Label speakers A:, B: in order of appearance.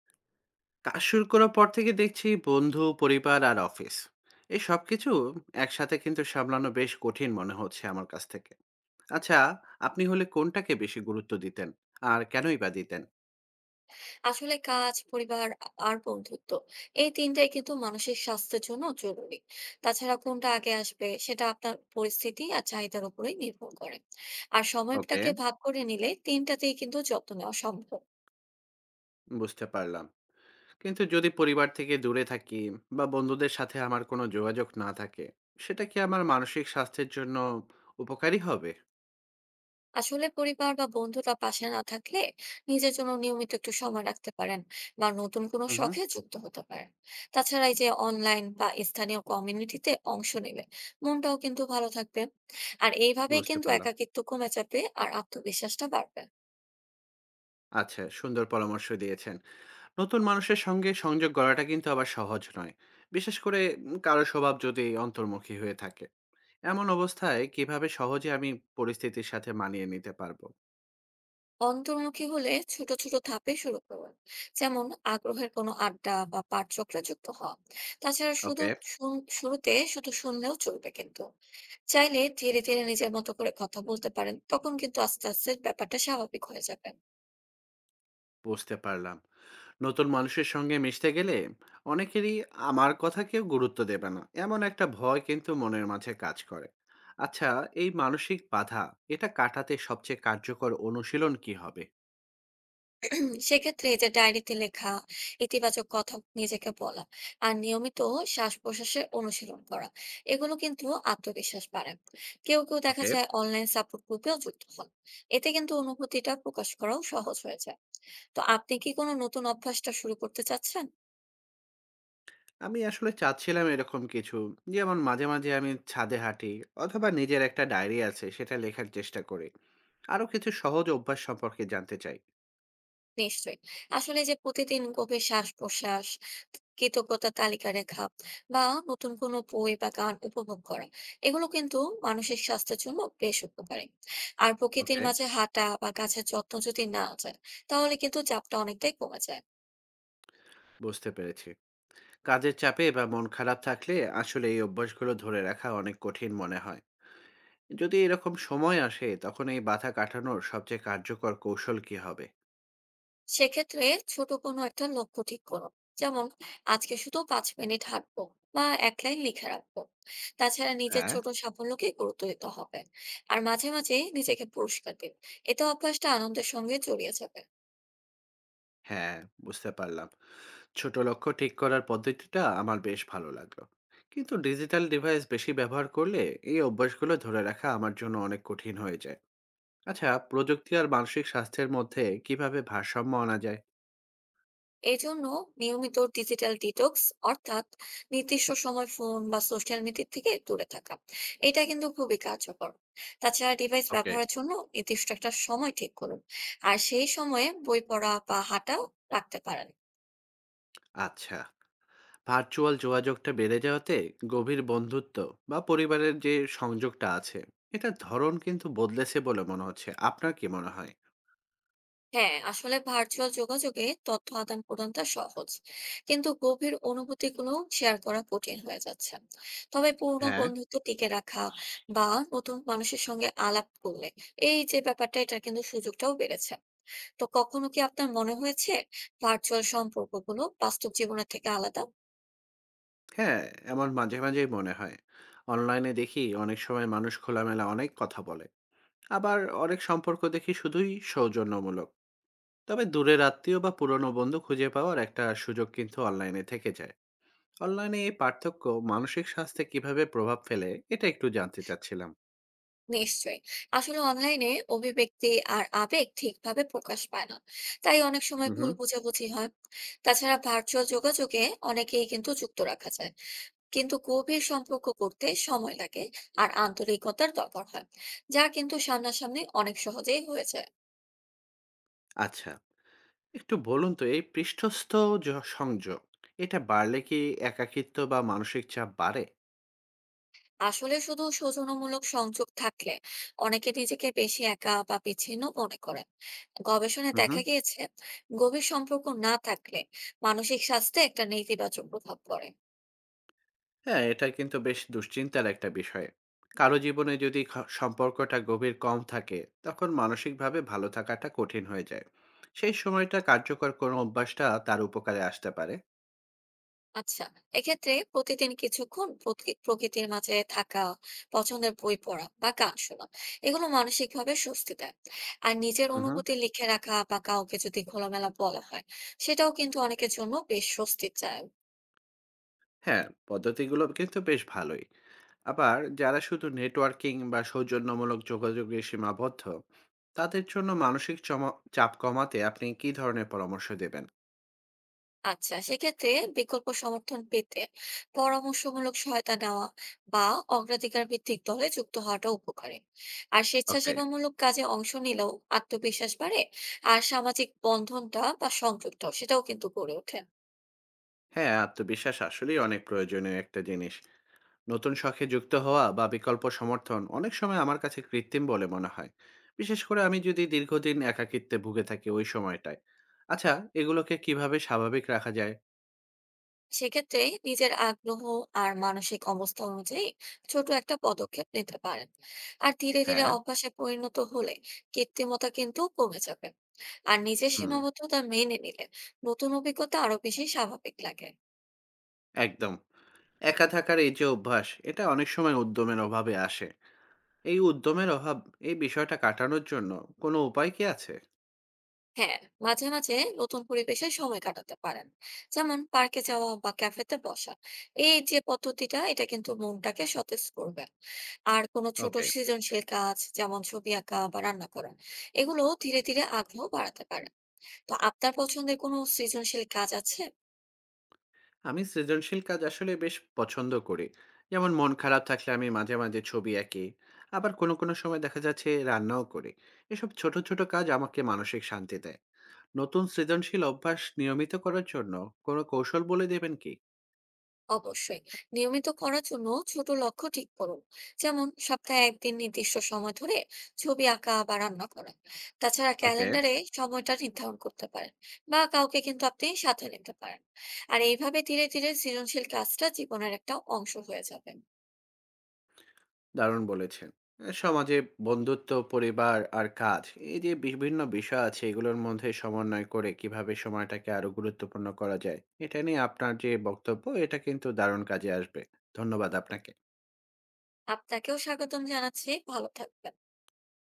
A: কাজ শুরু করার পর থেকে দেখছি বন্ধু পরিবার আর অফিস এই সব কিছু একসাথে কিন্তু সামলানো বেশ কঠিন মনে হচ্ছে আমার কাছ থেকে। আচ্ছা, আপনি হলে কোনটাকে বেশি গুরুত্ব দিতেন আর কেনই বা দিতেন?
B: আসলে কাজ, পরিবার আর বন্ধুত্ব এই তিনটাই কিন্তু মানসিক স্বাস্থ্যের জন্য জরুরি। তাছাড়া কোনটা আগে আসবে সেটা আপনার পরিস্থিতি আর চাহিদার উপরেই নির্ভর করে। আর
A: ওকে,
B: সময়টাকে ভাগ করে নিলে তিনটাতেই কিন্তু যত্ন নেওয়া সম্ভব।
A: বুঝতে পারলাম। কিন্তু যদি পরিবার থেকে দূরে থাকি বা বন্ধুদের সাথে আমার কোনো যোগাযোগ না থাকে, সেটা কি আমার মানসিক স্বাস্থ্যের জন্য উপকারী হবে?
B: আসলে পরিবার বা বন্ধুরা পাশে না থাকলে নিজের জন্য নিয়মিত একটু সময় রাখতে পারেন বা নতুন কোনো
A: হুম।
B: শখে যুক্ত হতে পারেন। তাছাড়া এই যে অনলাইন বা স্থানীয় কমিউনিটিতে অংশ নিলে মনটাও কিন্তু ভালো থাকবে। আর এইভাবেই
A: বুঝতে
B: কিন্তু
A: পারলাম।
B: একাকিত্ব কমে যাবে আর আত্মবিশ্বাসটা বাড়বে।
A: আচ্ছা, সুন্দর পরামর্শ দিয়েছেন। নতুন মানুষের সঙ্গে সংযোগ গড়াটা কিন্তু আবার সহজ নয়, বিশেষ করে কারো স্বভাব যদি অন্তর্মুখী হয়ে থাকে। এমন অবস্থায় কিভাবে সহজে আমি পরিস্থিতির সাথে মানিয়ে নিতে পারবো?
B: অন্তর্মুখী হলে ছোট ছোট ধাপে শুরু করুন। যেমন আগ্রহের কোনো আড্ডা বা পাঠচক্রে যুক্ত হওয়া। তাছাড়া
A: ওকে,
B: শুরুতে শুধু শুনলেও চলবে কিন্তু, চাইলে ধীরে ধীরে নিজের মতো করে কথা বলতে পারেন, তখন কিন্তু আস্তে আস্তে ব্যাপারটা স্বাভাবিক হয়ে যাবে।
A: বুঝতে পারলাম। নতুন মানুষের সঙ্গে মিশতে গেলে অনেকেরই আমার কথা কেউ গুরুত্ব দেবে না এমন একটা ভয় কিন্তু মনের মাঝে কাজ করে। আচ্ছা, এই মানসিক বাধা এটা কাটাতে সবচেয়ে কার্যকর অনুশীলন কি হবে?
B: সেক্ষেত্রে এই যে ডায়েরিতে লেখা, ইতিবাচক কথা নিজেকে বলা, আর নিয়মিত শ্বাস প্রশ্বাসের অনুশীলন করা, এগুলো কিন্তু আত্মবিশ্বাস বাড়ায়। কেউ কেউ দেখা
A: ওকে।
B: যায় অনলাইন সাপোর্ট গ্রুপেও যুক্ত হন। এতে কিন্তু অনুভূতিটা প্রকাশ করাও সহজ হয়ে যায়। তো আপনি কি কোনো নতুন অভ্যাসটা শুরু করতে চাচ্ছেন?
A: আমি আসলে চাচ্ছিলাম এরকম কিছু। যেমন মাঝে, মাঝে আমি ছাদে হাঁটি অথবা নিজের একটা ডায়েরি আছে সেটা লেখার চেষ্টা করি। আরো কিছু সহজ অভ্যাস সম্পর্কে জানতে চাই।
B: নিশ্চয়ই, আসলে যে প্রতিদিন গভীর শ্বাস প্রশ্বাস, কৃতজ্ঞতা তালিকা রেখা, বা নতুন কোনো বই বা গান উপভোগ করা, এগুলো কিন্তু মানসিক স্বাস্থ্যের জন্য বেশ উপকারী। আর প্রকৃতির
A: ওকে।
B: মাঝে হাঁটা বা গাছের যত্ন যদি না যায়, তাহলে কিন্তু চাপটা অনেকটাই কমে যায়।
A: বুঝতে পেরেছি। কাজের চাপে বা মন খারাপ থাকলে আসলে এই অভ্যাসগুলো ধরে রাখা অনেক কঠিন মনে হয়। যদি এরকম সময় আসে তখন এই বাধা কাটানোর সবচেয়ে কার্যকর কৌশল কী হবে?
B: সেক্ষেত্রে ছোট কোনো একটা লক্ষ্য ঠিক করো। যেমন আজকে শুধু 5 মিনিট হাঁটবো বা এক লাইন লিখে রাখবো। তাছাড়া নিজের
A: হ্যাঁ।
B: ছোট সাফল্যকে গুরুত্ব দিতে হবে। আর মাঝে মাঝে নিজেকে পুরস্কার দিন, এতে অভ্যাসটা আনন্দের সঙ্গে জড়িয়ে যাবে।
A: হ্যাঁ, বুঝতে পারলাম। ছোট লক্ষ্য ঠিক করার পদ্ধতিটা আমার বেশ ভালো লাগলো। কিন্তু ডিজিটাল ডিভাইস বেশি ব্যবহার করলে এই অভ্যাসগুলো ধরে রাখা আমার জন্য অনেক কঠিন হয়ে যায়। আচ্ছা, প্রযুক্তি আর মানসিক স্বাস্থ্যের মধ্যে কিভাবে ভারসাম্য আনা যায়?
B: এই জন্য নিয়মিত ডিজিটাল ডিটক্স, অর্থাৎ নির্দিষ্ট সময় ফোন বা সোশ্যাল মিডিয়া থেকে দূরে থাকা, এটা কিন্তু খুবই কার্যকর। তাছাড়া ডিভাইস
A: ওকে।
B: ব্যবহারের জন্য নির্দিষ্ট একটা সময় ঠিক করুন আর সেই সময়ে বই পড়া বা হাঁটা রাখতে পারেন।
A: আচ্ছা, ভার্চুয়াল যোগাযোগটা বেড়ে যাওয়াতে গভীর বন্ধুত্ব বা পরিবারের যে সংযোগটা আছে, এটার ধরন কিন্তু বদলেছে বলে মনে হচ্ছে। আপনার কি মনে হয়?
B: হ্যাঁ, আসলে ভার্চুয়াল যোগাযোগে তথ্য আদান প্রদানটা সহজ, কিন্তু গভীর অনুভূতি গুলো শেয়ার করা কঠিন হয়ে যাচ্ছে। তবে পুরনো
A: হ্যাঁ।
B: বন্ধুত্ব টিকে রাখা বা নতুন মানুষের সঙ্গে আলাপ করলে এই যে ব্যাপারটা, এটা কিন্তু সুযোগটাও বেড়েছে। তো কখনো কি আপনার মনে হয়েছে ভার্চুয়াল সম্পর্কগুলো বাস্তব জীবনের থেকে আলাদা?
A: হ্যাঁ, এমন মাঝে, মাঝেই মনে হয়। অনলাইনে দেখি অনেক সময় মানুষ খোলামেলা অনেক কথা বলে। আবার অনেক সম্পর্ক দেখি শুধুই সৌজন্যমূলক। তবে দূরের আত্মীয় বা পুরনো বন্ধু খুঁজে পাওয়ার একটা সুযোগ কিন্তু অনলাইনে থেকে যায়। অনলাইনে এই পার্থক্য মানসিক স্বাস্থ্যে কিভাবে প্রভাব ফেলে এটা একটু জানতে চাচ্ছিলাম।
B: নিশ্চয়ই, আসলে অনলাইনে অভিব্যক্তি আর আবেগ ঠিকভাবে প্রকাশ পায় না, তাই অনেক সময়
A: হুম,
B: ভুল
A: হুম।
B: বোঝাবুঝি হয়। তাছাড়া ভার্চুয়াল যোগাযোগে অনেকেই কিন্তু যুক্ত রাখা যায়, কিন্তু গভীর সম্পর্ক করতে সময় লাগে আর আন্তরিকতার দরকার হয়, যা কিন্তু সামনাসামনি অনেক সহজেই হয়ে যায়।
A: আচ্ছা, একটু বলুন তো এই পৃষ্ঠস্থ জ সংযোগ এটা বাড়লে কি একাকিত্ব বা মানসিক চাপ বাড়ে?
B: আসলে শুধু সৌজন্যমূলক সংযোগ থাকলে অনেকে নিজেকে বেশি একা বা বিচ্ছিন্ন মনে করেন। গবেষণায়
A: হুম, হুম।
B: দেখা গিয়েছে গভীর সম্পর্ক না থাকলে মানসিক স্বাস্থ্যে একটা নেতিবাচক প্রভাব পড়ে।
A: হ্যাঁ, এটা কিন্তু বেশ দুশ্চিন্তার একটা বিষয়। কারো জীবনে যদি খ সম্পর্কটা গভীর কম থাকে, তখন মানসিকভাবে ভালো থাকাটা কঠিন হয়ে যায়। সেই সময়টা কার্যকর কোনো অভ্যাসটা তার উপকারে আসতে পারে।
B: আচ্ছা, এক্ষেত্রে প্রতিদিন কিছুক্ষণ প্রকৃতির মাঝে থাকা, পছন্দের বই পড়া বা গান শোনা, এগুলো মানসিক ভাবে স্বস্তি দেয়। আর নিজের
A: হুম, হুম।
B: অনুভূতি লিখে রাখা বা কাউকে যদি খোলামেলা বলা হয়, সেটাও কিন্তু অনেকের জন্য বেশ স্বস্তি চায়।
A: হ্যাঁ, পদ্ধতিগুলো কিন্তু বেশ ভালোই। আবার যারা শুধু নেটওয়ার্কিং বা সৌজন্যমূলক যোগাযোগে সীমাবদ্ধ, তাদের জন্য মানসিক চমা চাপ কমাতে আপনি কী ধরনের পরামর্শ দেবেন?
B: আচ্ছা, সেক্ষেত্রে বিকল্প সমর্থন পেতে পরামর্শমূলক সহায়তা নেওয়া বা অগ্রাধিকার ভিত্তিক দলে যুক্ত হওয়াটা উপকারী। আর
A: ওকে।
B: স্বেচ্ছাসেবামূলক কাজে অংশ নিলেও আত্মবিশ্বাস বাড়ে, আর সামাজিক বন্ধনটা বা সংযুক্ত সেটাও কিন্তু গড়ে ওঠে।
A: হ্যাঁ, আত্মবিশ্বাস আসলেই অনেক প্রয়োজনীয় একটা জিনিস। নতুন শখে যুক্ত হওয়া বা বিকল্প সমর্থন অনেক সময় আমার কাছে কৃত্রিম বলে মনে হয়, বিশেষ করে আমি যদি দীর্ঘদিন একাকিত্বে ভুগে থাকি ওই সময়টায়। আচ্ছা, এগুলোকে কিভাবে স্বাভাবিক রাখা যায়?
B: সেক্ষেত্রে নিজের আগ্রহ আর মানসিক অবস্থা অনুযায়ী ছোট একটা পদক্ষেপ নিতে পারেন। আর ধীরে ধীরে
A: হ্যাঁ।
B: অভ্যাসে পরিণত হলে কৃত্রিমতা কিন্তু কমে যাবে। আর নিজের
A: হুম।
B: সীমাবদ্ধতা মেনে নিলে নতুন অভিজ্ঞতা আরো বেশি স্বাভাবিক লাগে।
A: একদম। একা থাকার এই যে অভ্যাস এটা অনেক সময় উদ্যমের অভাবে আসে। এই উদ্যমের অভাব এই বিষয়টা কাটানোর জন্য কোনো উপায় কি আছে?
B: হ্যাঁ, মাঝে মাঝে নতুন পরিবেশে সময় কাটাতে পারেন, যেমন পার্কে যাওয়া বা ক্যাফেতে বসা। এই যে পদ্ধতিটা, এটা কিন্তু মনটাকে সতেজ করবে। আর কোনো ছোট
A: ওকে।
B: সৃজনশীল কাজ যেমন ছবি আঁকা বা রান্না করা, এগুলো ধীরে ধীরে আগ্রহ বাড়াতে পারে। তো আপনার পছন্দের কোনো সৃজনশীল কাজ আছে?
A: আমি সৃজনশীল কাজ আসলে বেশ পছন্দ করি। যেমন মন খারাপ থাকলে আমি মাঝে মাঝে ছবি আঁকি, আবার কোনো কোনো সময় দেখা যাচ্ছে রান্নাও করি। এসব ছোট ছোট কাজ আমাকে মানসিক শান্তি দেয়। নতুন সৃজনশীল অভ্যাস নিয়মিত করার জন্য কোনো কৌশল বলে দেবেন কি?
B: অবশ্যই, নিয়মিত করার জন্য ছোট লক্ষ্য ঠিক করুন। যেমন সপ্তাহে একদিন নির্দিষ্ট সময় ধরে ছবি আঁকা বা রান্না করা। তাছাড়া
A: ওকে।
B: ক্যালেন্ডারে সময়টা নির্ধারণ করতে পারেন বা কাউকে কিন্তু আপনি সাথে নিতে পারেন। আর এইভাবে ধীরে ধীরে সৃজনশীল কাজটা জীবনের একটা অংশ হয়ে যাবে।
A: দারুণ বলেছেন। সমাজে বন্ধুত্ব পরিবার আর কাজ, এই যে বিভিন্ন বিষয় আছে এগুলোর মধ্যে সমন্বয় করে কিভাবে সময়টাকে আরো গুরুত্বপূর্ণ করা যায়, এটা নিয়ে আপনার যে বক্তব্য এটা কিন্তু দারুণ কাজে আসবে। ধন্যবাদ আপনাকে।
B: আপনাকেও স্বাগতম জানাচ্ছি, ভালো থাকবেন।